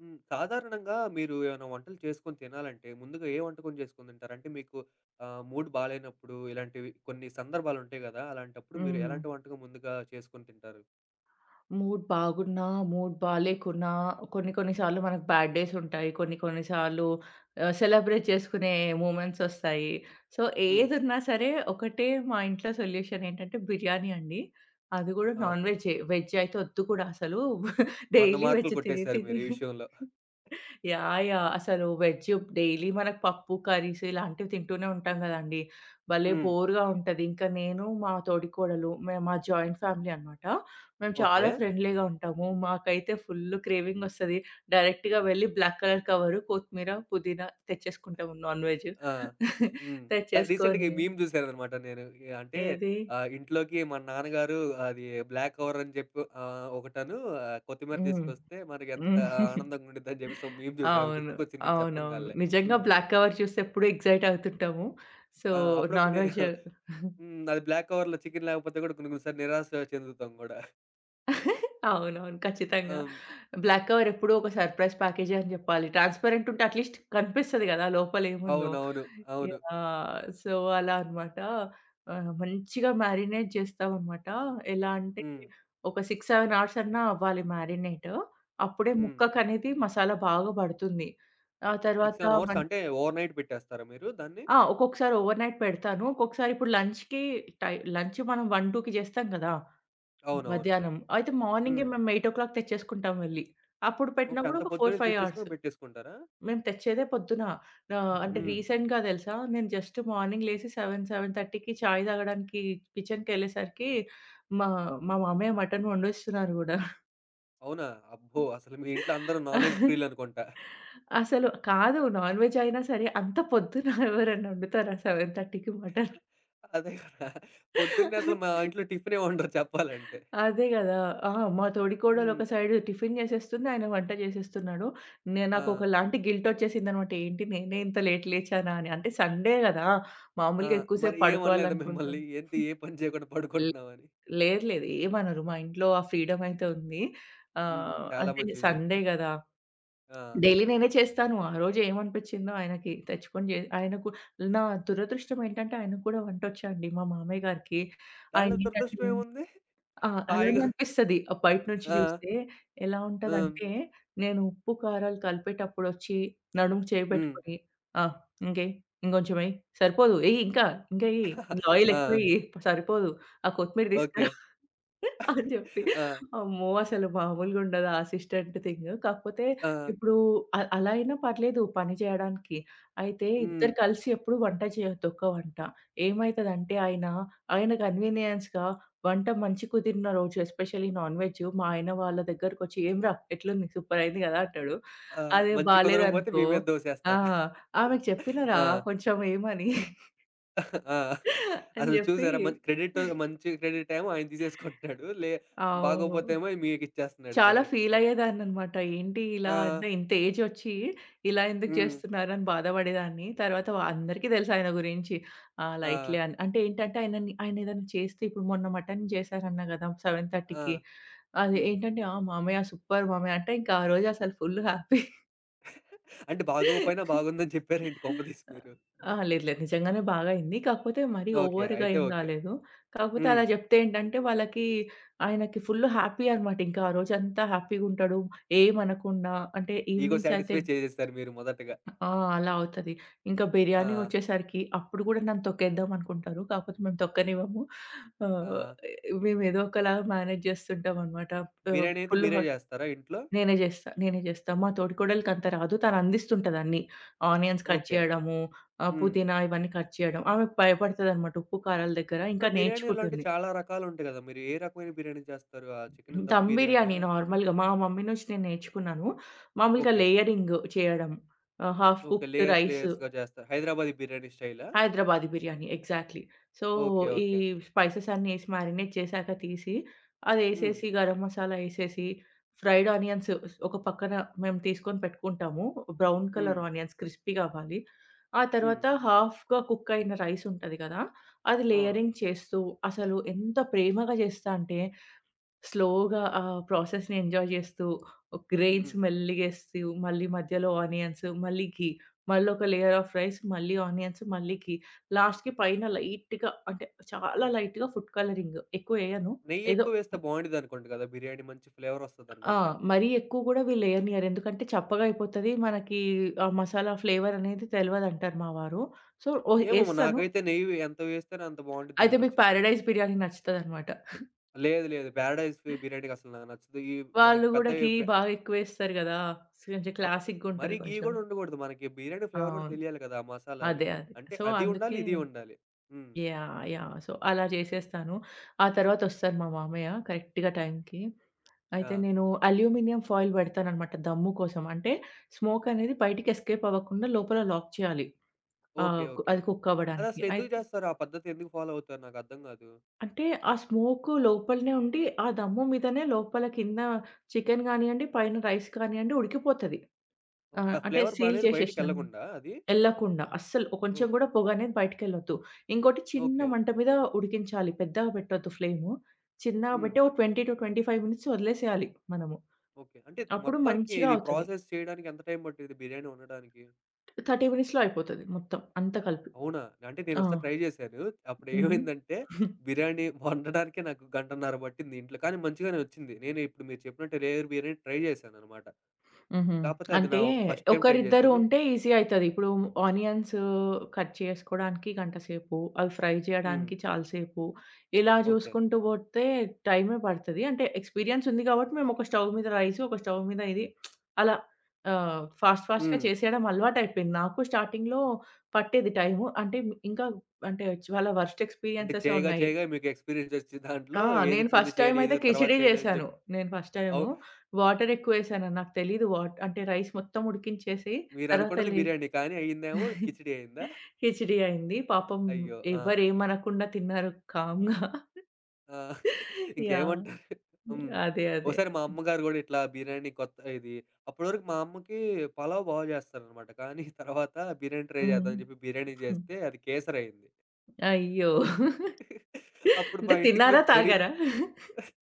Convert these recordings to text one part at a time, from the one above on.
హ్మ్. సాధారణంగా మీరు ఏమైనా వంటలు చేసుకొని తినాలంటే, ముందుగా ఏ వంటకం చేసుకొని తింటారు? అంటే మీకు మూడ్ బాలేనప్పుడు ఇలాంటివి కొన్ని సందర్భాలుంటాయి గదా! అలాంటప్పుడు మీరు హ్మ్. ఎలాంటి వంటకం ముందుగా చేసుకొని తింటారు? మూడ్ బాగున్నా, మూడ్ బాలేకున్నా కొన్ని కొన్ని సార్లు మనకు బ్యాడ్ డేస్ ఉంటాయి. కొన్ని కొన్ని సార్లు సెలబ్రేట్ చేసుకునే మూమెంట్స్ ఒస్తాయి. సో, హ్మ్. ఏదున్నా సరే ఒకటే మా ఇంట్లో సొల్యూషన్ ఏంటంటే బిర్యానీ అండి. అది గూడా ఆ! Non okay. వెజ్జే. వెజ్ అయితే ఒద్దు కూడా అసలు. 100 డైలీ మార్కులు వెజ్ తిని కొట్టేసారు మీరు తిని ఈ విషయంలో. యాహ్, యాహ్, అసలు వెజ్ డైలీ మనకు పప్పు, కర్రీస్ ఇలాంటివి తింటూనే ఉంటాం గదండీ! భలే హ్మ్. బోర్‌గా ఉంటది. ఇంకా నేను, మా తోడికోడలు మేము మా జాయింట్ ఫ్యామిలీ అనమాట. మేము చాలా ఓకే. ఫ్రెండ్లీగా ఉంటాము. మాకైతే ఫుల్ క్రేవింగ్ ఒస్తది. డైరెక్ట్‌గా వెళ్లి బ్లాక్ కలర్ కవరు, కొత్తిమీర, పుదీనా తెచ్చేసుకుంటాము నాన్ వెజ్. ఆ! హ్మ్. రీసెంట్‌గా ఈ తెచ్చేసుకొని మీమ్ చూసాననమాట నేను. ఎ అంటే ఏది. ఇంట్లోకి మా నాన్నగారు అది బ్లాక్ కవర్ అని చెప్పి కొత్తిమీర హ్మ్. తీసుకొస్తే మనకెంత హ్మ్. ఆనందంగా ఉండిద్దని జెప్పేసి ఒక మీమ్ చూసాను. అది అవును. గుర్తుకొచ్చింది మీరు అవునవును. చెప్పంగాలనే. నిజంగా హ్మ్. బ్లాక్ కవర్ చూసి ఎప్పుడూ ఎక్సైట్ అవుతుంటాము. సో, ఆ! అప్పుడప్పుడు నాన్ నేను వెజ్ హ్మ్. అది బ్లాక్ కవర్‌లో చికెన్ లేకపోతే కూడా కొన్ని కొన్ని సార్లు నిరాశ చెందుతాం గూడా. అవునవును. ఖచ్చితంగా. హ్మ్. బ్లాక్ కవర్ ఎప్పుడూ ఒక సర్‌ప్రైజ్ ప్యాకేజే అని జెప్పాలి. ట్రాన్స్‌పరెంట్ ఉంటే అట్‌లీస్ట్ కనిపిస్తది గదా! లోపలేముందో. అవునవును. అవును. యాహ్! సో, అలా అన్నమాట. మంచిగా మ్యారినేట్ జేస్తామన్నమాట. ఎలా అంటే హ్మ్. ఒక 6, 7 అవర్స్ అన్నా అవ్వాలి మ్యారినేట్. అప్పుడే హ్మ్. ముక్కకనేది మసాలా బాగా బడుతుంది. ఆ 6, తర్వాత 7 అవర్స్ మన్ అంటే ఓవర్‌నైట్ పెట్టేస్తారా మీరు దాన్ని? ఆ! ఒక్కొక్కసారి ఓవర్‌నైట్ పెడతాను. ఒక్కొక్కసారి ఇప్పుడు లంచ్‌కి లంచ్ మనం 1, 2కి జేస్తాం గదా! అవునవును. మధ్యాహ్నం. అయితే మార్నింగే హ్మ్. మేము 8:00 తెచ్చేసుకుంటాం వెళ్లి. అప్పుడు పెట్టినా ఓకే. గూడా అంత ఒక పొద్దున్నే 4, 5 అవర్స్. తెచ్చేసుకొని పెట్టేసుకుంటారా? మేము తెచ్చేదే పొద్దున. అంటే హ్మ్. రీసెంట్‌గా తెలుసా నేను జస్ట్ మార్నింగ్ లేసి 7, 7:30కి చాయ్ తాగడానికి కిచెన్‌కెళ్ళేసరికి మా మా మామయ్య మటన్ వండేస్తున్నారు గూడా. అవునా? అబ్బో! అసలు మీ ఇంట్లో అందరూ నాన్ వెజ్ ప్రియులనుకుంటా. అసలు కాదు నాన్ వెజ్ అయినా సరే అంత పొద్దున ఎవరైనా వండుతారా 7:30కి మటన్? అదే కదా! పొద్దున్నే అసలు మా ఇంట్లో టిఫినే వండరు చెప్పాలంటే. అదే గదా! ఆ! మా తోడికోడలు హ్మ్. ఒక సైడ్ టిఫిన్ జేసేస్తుంది. ఆయన వంట జేసేస్తున్నాడు. ఆ! నాకొకలాంటి గిల్టొచ్చేసిందనమాట. ఏంటి నేనే ఇంత లేట్ లేచానా అని. అంటే సండే గదా! ఆ! మామూలుగా ఎక్కువ మరి సేపు ఏమనలేదా పడుకోవాలనుకుంటాం. మిమ్మల్ని? ఏంటి ఏ పని చేయకుండా లే పడుకుంటున్నావని? లేదు, లేదు. ఏమనరు. మా ఇంట్లో ఆ ఫ్రీడమ్ అయితే ఉంది. హ్మ్. చాలా అంటే మంచి విషయం. సండే గదా! ఆ! డైలీ నేనే చేస్తాను. ఆ రోజు ఏమనిపిచ్చిందో ఆయనకి తెచ్చుకొని ఆయనకు నా దురదృష్టం ఏంటంటే ఆయనకు గూడా వంటొచ్చండి మా మామయ్య గారికి. దాంట్లో ఆయనేంటంటే దురదృష్టం ఏముంది? ఆ! అలానే హాయిగా అనిపిస్తది. బయట నుంచి ఆ! చూస్తే ఎలా హ్మ్. ఉంటదంటే, నేను ఉప్పు, కారాలు కలిపేటప్పుడొచ్చి నడుముకి చేయి హ్మ్. పెట్టుకొని, ఆ! ఇంకేయి, ఇంకొంచెం ఎయి, సరిపోదు ఎయి ఇంకా, ఇంకా ఎయి, ఇందులో ఆయిల్ ఎక్కువ ఆ! ఎయి, సరిపోదు. ఆ కొత్తిమీర ఓకే. తీసుకురా అని జెప్పి. ఆ! అమ్మో! అసలు మామూలుగుండదు ఆ అసిస్టెంట్ థింగ్. కాకపోతే ఆ! ఇప్పుడు అలా అయినా పర్లేదు పని జేయడానికి. అయితే హ్మ్. ఇద్దరు కలిసి ఎప్పుడు వంట చేయొద్దు ఒక్క వంట. ఏమైతదంటే ఆయన కన్వీనియన్స్‌గా వంట మంచి కుదిరిన రోజు ఎస్పెషల్లీ నాన్ వెజ్ మా ఆయన వాళ్ళ దగ్గరకొచ్చి "ఏమిరా ఎట్లుంది? సూపర్ అయింది గదా!" అంటాడు. ఆ! అదే మంచి కుదరకపోతే మీ బాలేదనుకో మీద ఆ! దోసేస్తారు. "ఆమెకు ఆ! చెప్పినరా కొంచెం ఏమని" ఆ! అని అసలు జెప్పి చూసారా మంచి క్రెడిట్ మంచి క్రెడిట్ ఏమో ఆయన తీసేసుకుంటున్నాడు. అవును. బాగోపోతే ఏమో మీకిచ్చేస్తున్నాడు చాలా క్రెడిట్. ఫీలయ్యేదాన్ననమాట. ఏంటి ఇలా ఆ! అంటే ఇంత ఏజొచ్చి ఇలా ఎందుకు హ్మ్. చేస్తున్నారని బాధపడేదాన్ని. తర్వాత అందరికీ తెలుసు ఆయన గురించి. ఆ! ఆ! లైట్‌లే అని. అంటే ఏంటంటే ఆయనని ఆయన ఏదైనా చేస్తే ఇప్పుడు మొన్న మటన్ చేశారన్నా గదా! ఆ! 7:30కి అది హ్మ్. ఏంటంటే, "ఆ! మామయ్య సూపర్ మామయ్య" అంటే ఇంకా ఆ రోజసలు ఫుల్ హ్యాపీ. అంటే బాగోకపోయినా బాగుందని చెప్పారేంటి కొంపదీసి మీరు? అహా! లేదు, లేదు. నిజంగానే బాగా అయింది. కాకపోతే మరీ ఓకే. ఓవర్‌గా అయితే ఏం ఓకే. కాలేదు. కాకపోతే హ్మ్. అలా చెప్తే ఏంటంటే వాళ్ళకి ఆయనకి ఫుల్ హ్యాపీ అనమాట. ఇంకా ఆ రోజంతా హ్యాపీగుంటాడు. ఏమనకుండా అంటే ఇగో ఈవినింగ్స్ అయితే సాటిస్ఫై చేసేసారు మీరు మొదటగా. ఆ! అలా అవుతది. ఇంకా ఆ! బిర్యానీ వచ్చేసరికి అప్పుడు కూడా నన్ను తొక్కేద్దాం అనుకుంటారు. కాకపోతే మేము తొక్కనివ్వము. ఆ! ఆహ్, మేమేదో ఒకలా మేనేజ్ చేస్తుంటామనమాట. ఆహ్, బిర్యానీ అయితే ఫుల్ మీరే హ జేస్తారా ఇంట్లో? నేనే జేస్తా. నేనే జేస్తా. మా తోడికోడలికంత రాదు. తను అందిస్తుంటది అన్నీ. Onions cut okay. చేయడము, హ్మ్. పుదీనా ఇవన్నీ కట్ చేయడం. ఆమెకు భయపడతదనమాట ఉప్పు, కారాల దగ్గర. ఇప్పుడు ఇంకా బిర్యానీలో అంటే నేర్చుకుంటుంది. చాలా రకాలుంటాయి గదా! మీరు ఏ రకమైన బిర్యానీ చేస్తారు? ఆ చికెన్ దమ్ దమ్ బిర్యానీ బిర్యానీయా? నార్మల్‌గా మా మమ్మీ నుంచి నేను నేర్చుకున్నాను. మామూలుగా ఓకే. లేయరింగ్ చేయడం. Half okay. Cooked layers rice. లేయర్స్‌గా చేస్తారు. హైదరాబాదీ బిర్యానీ స్టైలా? Hyderabadi biryani. Exactly. So, okay. ఈ ఓకే. స్పైసెస్ అన్నీ ఏసి మ్యారినేట్ చేశాక తీసి, హ్మ్. అదేసేసి గరం మసాలా ఏసేసి, ఫ్రైడ్ ఆనియన్స్ ఒక పక్కన మేము తీసుకొని పెట్టుకుంటాము. బ్రౌన్ హ్మ్. కలర్ ఆనియన్స్ క్రిస్పీగా అవ్వాలి. ఆ హ్మ్. తర్వాత హాఫ్‌గా కుక్ అయిన రైస్ ఉంటది కదా! అది ఆ! లేయరింగ్ చేస్తూ అసలు ఎంత ప్రేమగా చేస్తా అంటే స్లోగా ఆ ప్రాసెస్‌ని ఎంజాయ్ జేస్తూ, గ్రెయిన్స్ హ్మ్. మెల్లిగేస్తూ, మళ్ళీ మధ్యలో ఆనియన్స్, మళ్ళీ ఘీ, మళ్ళీ ఒక లేయర్ ఆఫ్ రైస్, మళ్ళీ ఆనియన్స్, మళ్ళీ ఘీ. లాస్ట్‌కి పైన లైట్‌గా అంటే చాలా లైట్‌గా ఫుడ్ కలరింగ్ ఎక్కువేయను. ఏదో నెయ్యెక్కువ వేస్తే బావుండిద్దనుకుంట గదా! బిర్యానీ మంచి ఆ! ఫ్లేవరొస్తదనుకుంటా. మరీ ఎక్కువ గూడా వీళ్ళేయనియరు. ఎందుకంటే చప్పగా అయిపోతది. మనకి ఆ మసాలా ఫ్లేవర్ అనేది తెలవదంటారు మా వారు. So, oh! ఏమోమో ఏస్తాను. నాకైతే నెయ్యి ఎంత వేస్తేనే అంత అయితే మీకు బావుండిద్దనిపిచ్చిద్ది. పారడైజ్ బిర్యానీ నచ్చుతదనమాట. లేదు లేదు. 'పారడైజ్' బిర్యానీకసలు నాకు నచ్చదు. ఈ మనకి వాళ్ళు పెద్ద గూడా ఘీ బాగా ఎక్కువేస్తారు గదా! కొంచెం అప్ మరీ క్లాసిక్‌గుంటది ఘీ కొంచెం. గూడా ఉండగూడదు. మనకి బిర్యానీ ఫ్లేవర్ గూడా అవును. తెలియాలి గదా! ఆ మసాలాలు. అదే, అదే. అంటే సో, అది ఉండాలి, అందుకే ఇది ఉండాలి. హ్మ్. యాహ్, యాహ్, సో, అలా చేసేస్తాను. ఆ తర్వాతొస్తారు మా మామయ్య కరెక్ట్‌గా టైంకి. ఆ! అయితే నేను అల్యూమినియం ఫాయిల్ పెడతాననమాట దమ్ము కోసం. అంటే స్మోక్ అనేది బయటికి ఎస్కేప్ అవ్వకుండా లోపల లాక్ చేయాలి. ఓకే. ఆహ్, కు ఓకే. అది కుక్ అవ్వడానికి. అదసలు ఎందుకు అయితే జేస్తారు? ఆ పద్ధతి ఎందుకు ఫాలో అవుతారు? నాకర్థం గాదు. అంటే ఆ స్మోకు లోపలనే ఉండి, ఆ దమ్ము మీదనే లోపల కింద చికెన్ గానియండి, పైన రైస్ కానియండి ఉడికిపోతది. ఓకే. ఆ అంటే ఫ్లేవర్ సీల్ అనేది చేసేసినాం. బయటికెళ్ళకుండా అది? ఎళ్ళకుండా. అస్సలు కొంచెం ఓకే. గూడా పొగనేది బయటికెళ్ళొద్దు. ఇంకోటి చిన్న ఓకే. మంట మీద ఉడికించాలి. పెద్దగా పెట్టొద్దు ఫ్లేము. చిన్నగా హ్మ్. పెట్టి ఒక 20-25 మినిట్స్ వదిలేసేయాలి మనము. ఓకే. అంటే అప్పుడు మొత్తానికి మంచిగా ఇది అవుతది. ప్రాసెస్ చేయడానికి ఎంత టైం పట్టిద్ది బిర్యానీ వండడానికి? 30 మినిట్స్‌లో అయిపోతది మొత్తం అంతా కలిపి. అవునా? అంటే ఆ! నేనొకసారి ట్రై జేశాను. హుహు. అప్పుడేమైందంటే బిర్యానీ వండడానికే నాకు గంటన్నర పట్టింది ఇంట్లో. కానీ మంచిగానే వచ్చింది. నేను ఇప్పుడు మీరు చెప్పినట్టు లేయర్ బిర్యానీ ట్రై జేశాననమాట. హుహు. కాపోతే అది నా అంటే ఫస్ట్ టైమ్ ట్రై ఒకరిద్దరు చేశాను. ఉంటే ఈజీ అయితది. ఇప్పుడు ఆనియన్స్ కట్ చేసుకోవడానికి గంట సేపు, అవి ఫ్రై హ్మ్. చేయడానికి చాలా సేపు, ఇలా ఓకే. చూసుకుంటూ పోతే టైమే పడతది. అంటే ఎక్స్‌పీరియన్స్ ఉంది కాబట్టి మేము ఒక స్టవ్ మీద రైస్, ఒక స్టవ్ మీద ఇది అలా ఫాస్ట్ ఫాస్ట్‌గా హ్మ్. చేసేయడం అలవాటయిపోయింది. నాకు స్టార్టింగ్‌లో పట్టేది టైము. అంటే ఇంకా అంటే చాలా వరస్ట్ అంటే ఎక్స్‌పీరియన్సెసే చేయగా, ఉన్నాయి. చేయగా మీకు ఎక్స్‌పీరియన్స్ ఒచ్చి దాంట్లో ఆ! ఏది నేను ముందు ఫస్ట్ టైమ్ చేయాలి, అయితే ఏది తర్వాత కిచిడీ చేయాలి అని చేశాను. జెప్పి నేను ఫస్ట్ అవు టైము వాటర్ ఎక్కువేశాను. నాకు తెలీదు వాట్ అంటే రైస్ మొత్తం ఉడికించేసి తర్వాత మీరనుకున్నది బిర్యానీ కానీ అయిందేమో కిచిడి అయిందా? కిచిడీ అయింది. పాపం అయ్యో! ఆ! ఎవ్వరేమనకుండా తిన్నారు కామ్‌గా. ఆ! యాహ్! ఇంకేమంటారు? హ్మ్. అదే, అదే. ఓసారి మా అమ్మగారు గూడా ఇట్లా బిర్యానీ కొత్త ఇది అప్పటివరకు మా అమ్మకి పలావ్ బా జేస్తారనమాట. కానీ తర్వాత బిర్యానీ ట్రై హ్మ్. చేద్దాం అని జెప్పి బిర్యానీ హ్మ్. జేస్తే అది కేసరయింది. అయ్యో! అప్పుడు మా అంటే ఇంటికి తిన్నారా? రి తాగారా?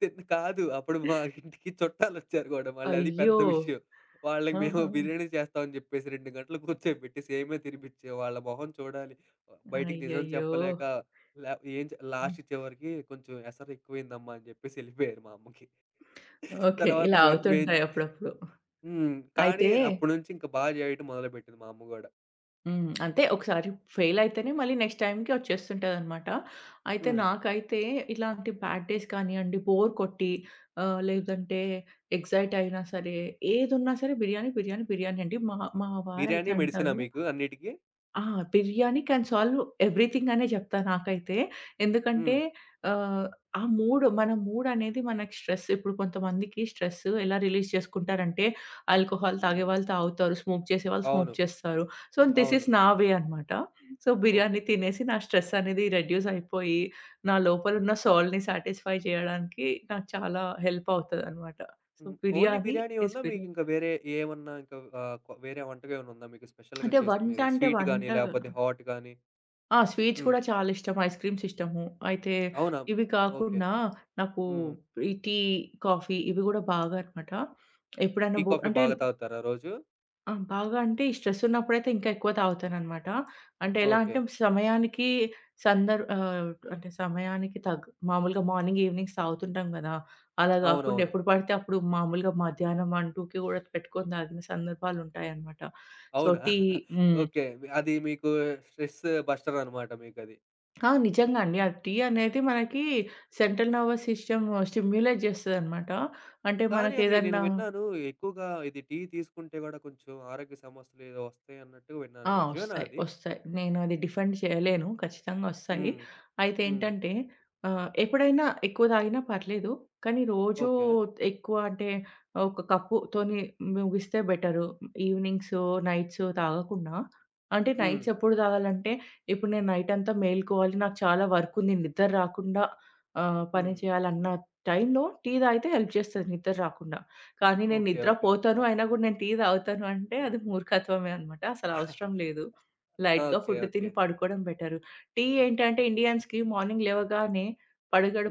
కాదు. అప్పుడు మా ఇంటికి చుట్టాలొచ్చారు గూడా మళ్ళీ అది పెద్ద అయ్యో! విషయం. వాళ్ళకి మేము ఆహా! బిర్యానీ చేస్తామని జెప్పేసి 2 గంటలు కూర్చోబెట్టి సేమియా తినిపిచ్చాం. వాళ్ళ మొహం చూడాలి. బయటికి నిజం అయ్యయ్యో! చెప్పలేక లా లాస్ట్ చివరికి కొంచెం ఎసరెక్కువైందమ్మా అని జెప్పేసి ఎళ్ళిపోయారు మా అమ్మకి. ఓకే. తర్వాత ఇలా మేం అవుతుంటాయి అప్పుడప్పుడు. హ్మ్. కానీ అయితే అప్పటినుంచి ఇంక బా జేయటం మొదలుపెట్టింది మా అమ్మ గూడా. హ్మ్. అంటే ఒకసారి ఫెయిలయితేనే మళ్ళీ నెక్స్ట్ టైమ్‌కి వచ్చేస్తుంటదనమాట. అయితే హ్మ్. నాకైతే ఇలాంటి బ్యాడ్ డేస్ కానియండి, బోర్ కొట్టి లేదంటే ఎక్సైట్ అయినా సరే ఏదున్నా సరే బిర్యానీ, బిర్యానీ, బిర్యానీ అండి. మా మా వారైతే బిర్యానీ, మెడిసినా అంటారు మీకు అన్నిటికి? ఆ! బిర్యానీ క్యాన్ సాల్వ్ ఎవ్రీథింగ్ అనే జెప్తా నాకైతే. ఎందుకంటే హ్మ్. ఆహ్, ఆ మూడ్ మన మూడ్ అనేది మనకి స్ట్రెస్ ఇప్పుడు కొంతమందికి స్ట్రెస్ ఎలా రిలీజ్ చేసుకుంటారంటే ఆల్కహాల్ హ్మ్. తాగేవాళ్ళు తాగుతారు. స్మోక్ చేసేవాళ్ళు స్మోక్ అవును. చేస్తారు. సో, దిస్ అవును. ఈస్ నా వే అనమాట. So, okay. బిర్యానీ తినేసి నా స్ట్రెస్ అనేది రెడ్యూస్ అయిపోయి నా లోపలున్న సోల్‌ని సాటిస్ఫై చేయడానికి నాకు చాలా హెల్ప్ అవుతదనమాట. సో, హ్మ్. ఓన్లీ బిర్యానీ బిర్యానీ ఈస్ ఉందా? బిర్యానీ. మీకింకా వేరే ఏమన్నా ఇంకా వేరే వంటకేమైనా ఉందా మీకు స్పెషల్‌గా అంటే వంట చేసుకునేది? అంటే స్వీట్ గాని, వంటగా లేపోతే హాట్ గాని? ఆ! స్వీట్స్ హ్మ్. కూడా చాలా ఇష్టం. ఐస్ క్రీమ్స్ ఇష్టము. అయితే అవునా? ఇవి ఓకే. కాకుండా నాకు హ్మ్. ఈ టీ, కాఫీ ఇవి గూడా బాగా అనమాట. ఎప్పుడైనా టీ, కాఫీ అంటే బాగా తాగుతారా రోజు? బాగా అంటే ఈ స్ట్రెస్ ఉన్నప్పుడైతే ఇంకా ఎక్కువ తాగుతాననమాట. అంటే ఎలా ఓకే. అంటే సమయానికి అంటే సమయానికి మామూలుగా మార్నింగ్, ఈవినింగ్స్ తాగుతుంటాం గదా! అలా గాకుండా అవునవును. ఎప్పుడు పడితే అప్పుడు మామూలుగా మధ్యాహ్నం 1, 2 కూడా పెట్టుకొని తాగిన సందర్భాలుంటాయనమాట. సో, అవునా? టీ హ్మ్. ఓకే. అది మీకు స్ట్రెస్ బస్టర్ అనమాట మీకది. ఆ! నిజంగా అండి. ఆ టీ అనేది మనకి సెంట్రల్ నర్వస్ సిస్టమ్ స్టిమ్యులేట్ చేస్తదనమాట. అంటే కానీ అది నేను మనకేదన్నా విన్నాను ఎక్కువగా ఇది టీ తీసుకుంటే గూడా కొంచెం ఆరోగ్య సమస్యలు ఏదో వస్తాయన్నట్టుగా విన్నాను. ఆ! నిజమేనా ఒస్తాయి, అది? ఒస్తాయి. నేనది డిఫెండ్ చేయలేను. ఖచ్చితంగా ఒస్తాయి. హ్మ్. అయితే హ్మ్. ఏంటంటే ఎప్పుడైనా ఎక్కువ తాగినా పర్లేదు. కానీ రోజూ ఓకే. ఎక్కువ అంటే ఒక కప్పుతోని ముగిస్తే బెటరు. ఈవినింగ్స్, నైట్స్ తాగకుండా. అంటే హ్మ్. నైట్స్ ఎప్పుడు తాగాలంటే ఇప్పుడు నేను నైట్ అంతా మేలుకోవాలి. నాకు చాలా వర్క్ ఉంది. నిద్ర రాకుండా పని హ్మ్. చేయాలన్న టైంలో టీ తాగితే హెల్ప్ చేస్తది నిద్ర రాకుండా. కానీ నేను ఓకే. ఓకే. నిద్రపోతాను. అయినా గూడా నేను టీ తాగుతాను అంటే అది మూర్ఖత్వమే అన్నమాట. అసలు అవసరం లేదు. లైట్‌గా ఓకే. Food okay. తిని పడుకోవడం బెటరు. టీ ఏంటంటే ఇండియన్స్‌కి మార్నింగ్ లేవగానే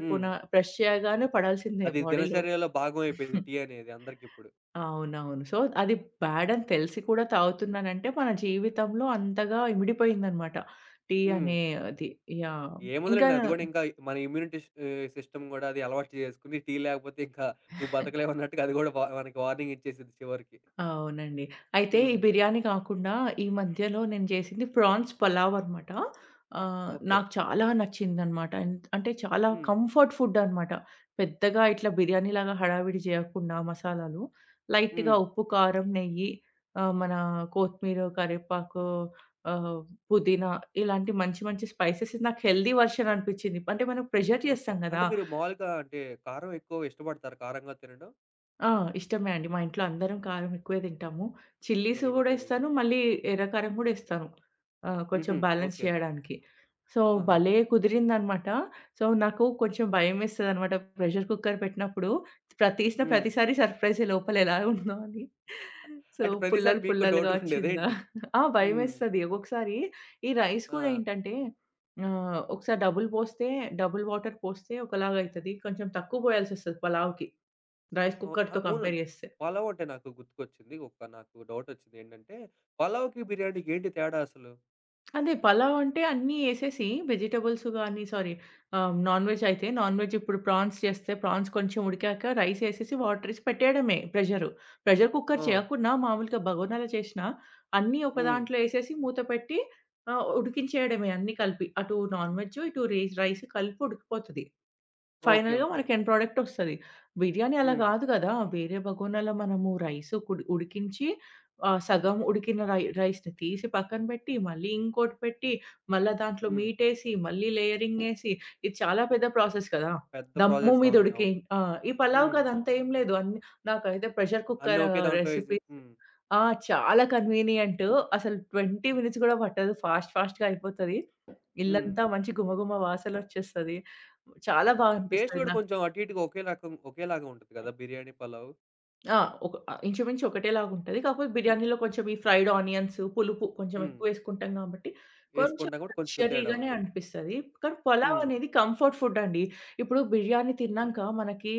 హ్మ్. బ్రష్ చేయగానే పడాల్సిందే అది బాడీలో. దినచర్యలో భాగం అయిపోయింది టీ అనేది అందరికిప్పుడు. అవునవును. సో, అది బ్యాడ్ అని తెలిసి కూడా తాగుతున్నానంటే మన జీవితంలో అంతగా ఇమిడిపోయిందన్నమాట. టీ హ్మ్. అనే అది యాహ్! ఇంకా ఏముందిలెండి అది గూడా ఇంకా మన ఇమ్యూనిటీ సిస్టమ్ గూడా అది అలవాటు చేసుకొని టీ లేకపోతే ఇంకా నువ్వు బతకలేవన్నట్టుగా అది గూడా మనకి వార్నింగ్ ఇచ్చేసిద్ది చివరికి. అవునండి. అయితే ఈ హ్మ్. బిర్యానీ కాకుండా ఈ మధ్యలో నేను చేసింది ప్రాన్స్ పలావ్ అనమాట. ఓకే. నాకు చాలా నచ్చిందనమాట. అంటే చాలా హ్మ్. కంఫర్ట్ ఫుడ్ అనమాట. పెద్దగా ఇట్లా బిర్యానీలాగా హడావిడి చేయకుండా మసాలాలు, లైట్‌గా హ్మ్. ఉప్పు, కారం, నెయ్యి మన కొత్తిమీర, కరివేపాకు ఆహ్, పుదీనా ఇలాంటి మంచి మంచి స్పైసెస్ నాకు హెల్తీ వర్షన్ అనిపించింది. అంటే మనం ప్రెషర్ ఓకే. చేస్తాం కదా! అంటే మీరు మాములుగా అంటే కారం ఎక్కువ ఇష్టపడతారా కారంగా తినడం? ఆ! ఇష్టమే అండి. మా ఇంట్లో అందరం కారం ఎక్కువే తింటాము. Chillies very good. గూడా వెరీ ఏస్తాను. గుడ్. మళ్ళీ ఎర్ర కారం గూడా ఏస్తాను. కొంచెం హుహు. Balance okay. చేయడానికి. సో, ఆహా! భలే కుదిరిందనమాట. సో, నాకు కొంచెం భయమేస్తదనమాట ప్రెషర్ కుక్కర్ పెట్టినప్పుడు. హ్మ్. ప్రతిసారి సర్ప్రైజే లోపల ఎలా ఉందో అని. సో, అంటే ప్రతిసారి పుల్లలు మీకు పుల్లలుగా డౌట్‌గుండేదా వచ్చిందా? ఏంటి? ఆ! హ్మ్. భయమేస్తది. ఒక్కొక్కసారి ఈ రైస్ ఆ! కూడా ఏంటంటే ఒకసారి డబుల్ పోస్తే, డబుల్ వాటర్ పోస్తే ఒకలాగయితది. కొంచెం తక్కువ పోయాల్సొస్తది పలావ్‌కి. రైస్ ఆ! కుక్కర్‌తో అవును. కంపేర్ చేస్తే. పలావ్ అంటే నాకు గుర్తుకొచ్చింది. ఒక నాకు డౌటొచ్చింది. ఏంటంటే, పలావ్‌కి, బిర్యానీకి ఏంటి తేడా అసలు? అదే పలావ్ అంటే అన్నీ ఏసేసి వెజిటబుల్స్ గానీ సారీ నాన్ వెజ్ అయితే నాన్ వెజ్ ఇప్పుడు ప్రాన్స్ చేస్తే ప్రాన్స్ కొంచెం ఉడికాక రైస్ ఏసేసి వాటర్ ఏసి పెట్టేయడమే ప్రెషరు. ప్రెషర్ కుక్కర్ ఆ! చేయకున్నా మామూలుగా బగోనాలో చేసినా అన్నీ ఒక హ్మ్. దాంట్లో ఏసేసి మూత పెట్టి ఉడికించేయడమే అన్నీ కలిపి. అటు నాన్ వెజ్ ఇటు రైస్ కలిపి ఉడికిపోతది. ఓకే. ఫైనల్‌గా ఓకే. మనకి ఎండ్ ప్రొడక్ట్ ఒస్తది. బిర్యానీ అలా హ్మ్. గాదు గదా! వేరే బగోనాలో మనము రైస్ కుడి ఉడికించి సగం ఉడికిన రైస్‌ని తీసి పక్కన బెట్టి, మళ్ళీ ఇంకోటి పెట్టి, మళ్ళా దాంట్లో హ్మ్. మీటేసి, మళ్ళీ లేయరింగ్ ఏసి, ఇది చాలా పెద్ద ప్రాసెస్ కదా! పెద్ద దమ్ము ప్రాసెస్. మీద అవును. ఉడికి అవును. ఆ! ఈ పలావ్‌కి హ్మ్. అదంతా ఏం లేదు. అన్ని నాకైతే ప్రెషర్ అన్నీ కుక్కర్ ఒకే దాంట్లో ఏసి రెసిపీస్ హ్మ్. ఆ! చాలా కన్వీనియంట్. అసలు 20 మినిట్స్ గూడా పట్టదు. ఫాస్ట్ ఫాస్ట్‌గా అయిపోతది. హ్మ్. ఇల్లంతా మంచి గుమగుమ వాసనొచ్చేస్తది. చాలా బా టేస్ట్ అనిపిస్తది. గూడా కొంచెం అటు ఇటుగా ఒకే రకం ఒకేలాగా ఉంటది గదా! బిర్యానీ, పలావ్. ఆ! ఒక ఇంచుమించు ఒకటేలాగుంటది. కాకపోతే బిర్యానీలో కొంచెం ఈ ఫ్రైడ్ ఆనియన్స్, పులుపు కొంచెం హ్మ్. ఎక్కువేసుకుంటాం గాబట్టి, కొంచెం ఏసుకుంటాం గూడా కొంచెం తేడా లగ్జరీగానే ఉండిద్ది. అనిపిస్తది. కానీ పలావ్ హ్మ్. అనేది కంఫర్ట్ ఫుడ్డండి. ఇప్పుడు బిర్యానీ తిన్నాంక మనకి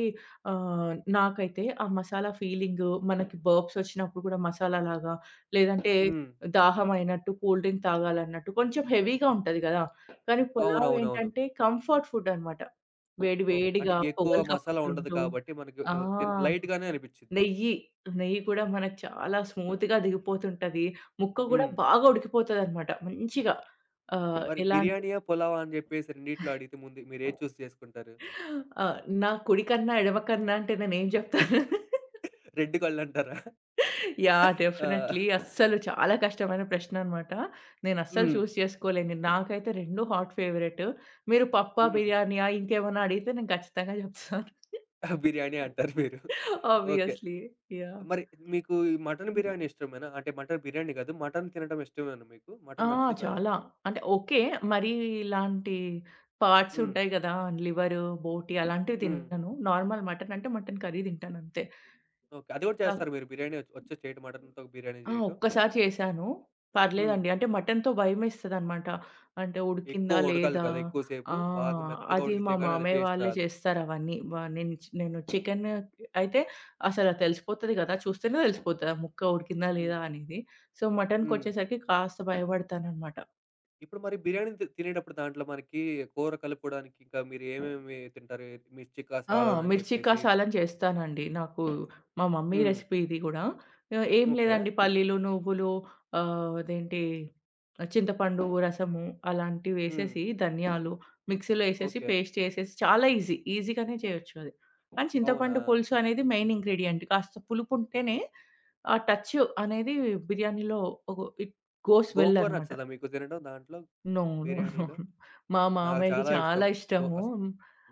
ఆహ్, నాకైతే ఆ మసాలా ఫీలింగు, మనకి బర్ప్స్ ఒచ్చినప్పుడు గూడా మసాలాలాగా, లేదంటే హ్మ్. దాహమైనట్టు, కూల్ డ్రింక్ తాగాలన్నట్టు కొంచెం హెవీగా ఉంటది గదా! కానీ పులావ్ అవునవునవును. ఏంటంటే కంఫర్ట్ ఫుడ్డనమాట. వేడి ఓకే. అంటే వేడిగా ఎక్కువ పొగలు మసాలా ఉండదు కక్కుతుంటూ కాబట్టి మనకి ఆ! లైట్‌గానే అనిపిచ్చిద్ది. నెయ్యి. నెయ్యి కూడా మనకు చాలా స్మూత్‌గా దిగిపోతుంటది. ముక్క గూడా హ్మ్. బాగా ఉడికిపోతదనమాట మంచిగా. మరి ఎలా అంటే బిర్యానీయా? పులావా? అని జెప్పేసి రెండిట్లో అడిగితే ముందు మీరేది చేసుకుంటారు? నా కుడి కన్నా, ఎడమ కన్నా అంటే నేనేం జెప్తాను? రెడ్ కళ్ళంటారా? యాహ్! ఆ! డెఫినైట్‌లీ. అస్సలు చాలా కష్టమైన ప్రశ్ననమాట. నేను అస్సలు హ్మ్. చేసుకోలేను. నాకైతే 2 హాట్ ఫేవరెట్. మీరు పప్పా, హ్మ్. బిర్యానీయా ఇంకేమన్నా అడిగితే నేను ఖచ్చితంగా జెప్తాను. బిర్యానీ అంటారు మీరు. ఓకే. ఆబ్వియస్‌లీ. యాహ్! మరి మీకు ఈ మటన్ బిర్యానీ ఇష్టమేనా? అంటే మటన్ బిర్యానీ కాదు. మటన్ తినడం ఇష్టమేనా మీకు? ఆ! మటన్ నచ్చుతదా? చాలా. అంటే ఓకే. మరీ ఇలాంటి పార్ట్స్ హ్మ్. ఉంటాయి గదా! లివరు, బోటీ అలాంటివి హ్మ్. తినను. నార్మల్ మటన్ అంటే మటన్ కర్రీ తింటానంతే. ఓకే. అది గూడా కా చేస్తారా మీరు? బిర్యానీ వచ్చా చేయడం? మటన్‌తో బిర్యానీ ఆ! జేయటం? ఒక్కసారి చేశాను. హ్మ్. పర్లేదండి. అంటే మటన్‌తో భయమేస్తదనమాట. అంటే ఉడికిందా? ఎక్కువ ఉడకాలి లేదా? కదా! ఎక్కువ ఆ! సేపు. బాగా మెత్తగా అది మా ఉడికితే గాని అది మామయ్య టేస్ట్ వాళ్ళే రాదు. చేస్తారవన్నీ. వ నేను చి నేను చికెన్ అయితే అసలు తెలిసిపోతది గదా! చూస్తేనే తెలిసిపోతది. ఆ ముక్క ఉడికిందా? హ్మ్. లేదా? అనేది. సో, హ్మ్. మటన్‌కొచ్చేసరికి కాస్త భయపడతాననమాట. ఇప్పుడు మరి బిర్యానీ తినేటప్పుడు దాంట్లో మనకి కూర కలుపుకోడానికి ఇంకా మీరు ఏమేమి తింటారు? మిర్చికా ఆ! సాలన్ అని మిర్చి చెప్పేసి కసాలని చేస్తానండి. నాకు మా మమ్మీ హ్మ్. రెసిపీ ఇది గూడా. ఏం ఓకే. లేదండి పల్లీలు, నువ్వులు అదేంటి చింతపండు రసము హ్మ్. అలాంటివేసేసి, ధనియాలు మిక్సీలో ఏసేసి ఓకే. పేస్ట్ చేసేసి చాలా ఈజీ. ఈజీగానే చేయొచ్చు అది. కానీ అవునా? చింతపండు పులుసు అనేది మెయిన్ ఇంగ్రీడియెంట్. కాస్త పులుపుంటేనే ఓకే. ఆ టచ్ అనేది బిర్యానీలో ఇట్ గోస్ వెల్ గోంగూర అనమాట. నచ్చదా మీకు తినడం దాంట్లో? No, no, no. బిర్యానీలో? మా నాకు మామయ్యకి చాలా ఇష్టం. చాలా గో ఇష్టము. అస్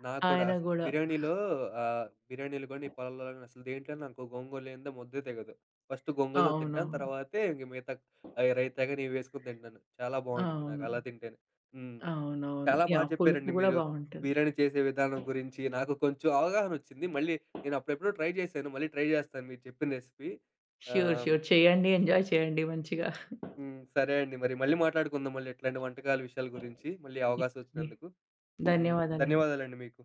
నాకు కూడా ఆయన అసల గూడా బిర్యానీలో బిర్యానీలు గాని, పొలాల్లో గాని అసలు దేంట్లో నాకు గోంగూర లేనిదే ముద్దే దిగదు. ఫస్ట్ గోంగూరతో అవునవును. తింటాను. తర్వాతే ఇంక మిగతా రైతా గాని ఇవి వేసుకొని తింటాను. చాలా బావుండిద్ది నాకు అవును. అలా తింటేనే. హ్మ్. అవునవును. చాలా బా యాహ్! పులుపు చెప్పారండి గూడా మీరు. బావుంటది. బిర్యానీ చేసే విధానం గురించి నాకు కొంచెం అవగాహనొచ్చింది. మళ్ళీ నేను అప్పుడెప్పుడో ట్రై చేశాను. మళ్ళీ ట్రై జేస్తాను మీరు చెప్పిన రెసిపీ. Sure, ah, sure. చేయండి. ఎంజాయ్ చేయండి మంచిగా. హ్మ్. సరే అండి. మరి మళ్ళీ మాట్లాడుకుందాం మళ్ళీ ఇట్లాంటి వంటకాల విషయాల గురించి. మళ్ళీ అవకాశం యాహ్! వచ్చినందుకు. హ్మ్. ధన్యవాదాలండి. ధన్యవాదాలండి మీకు.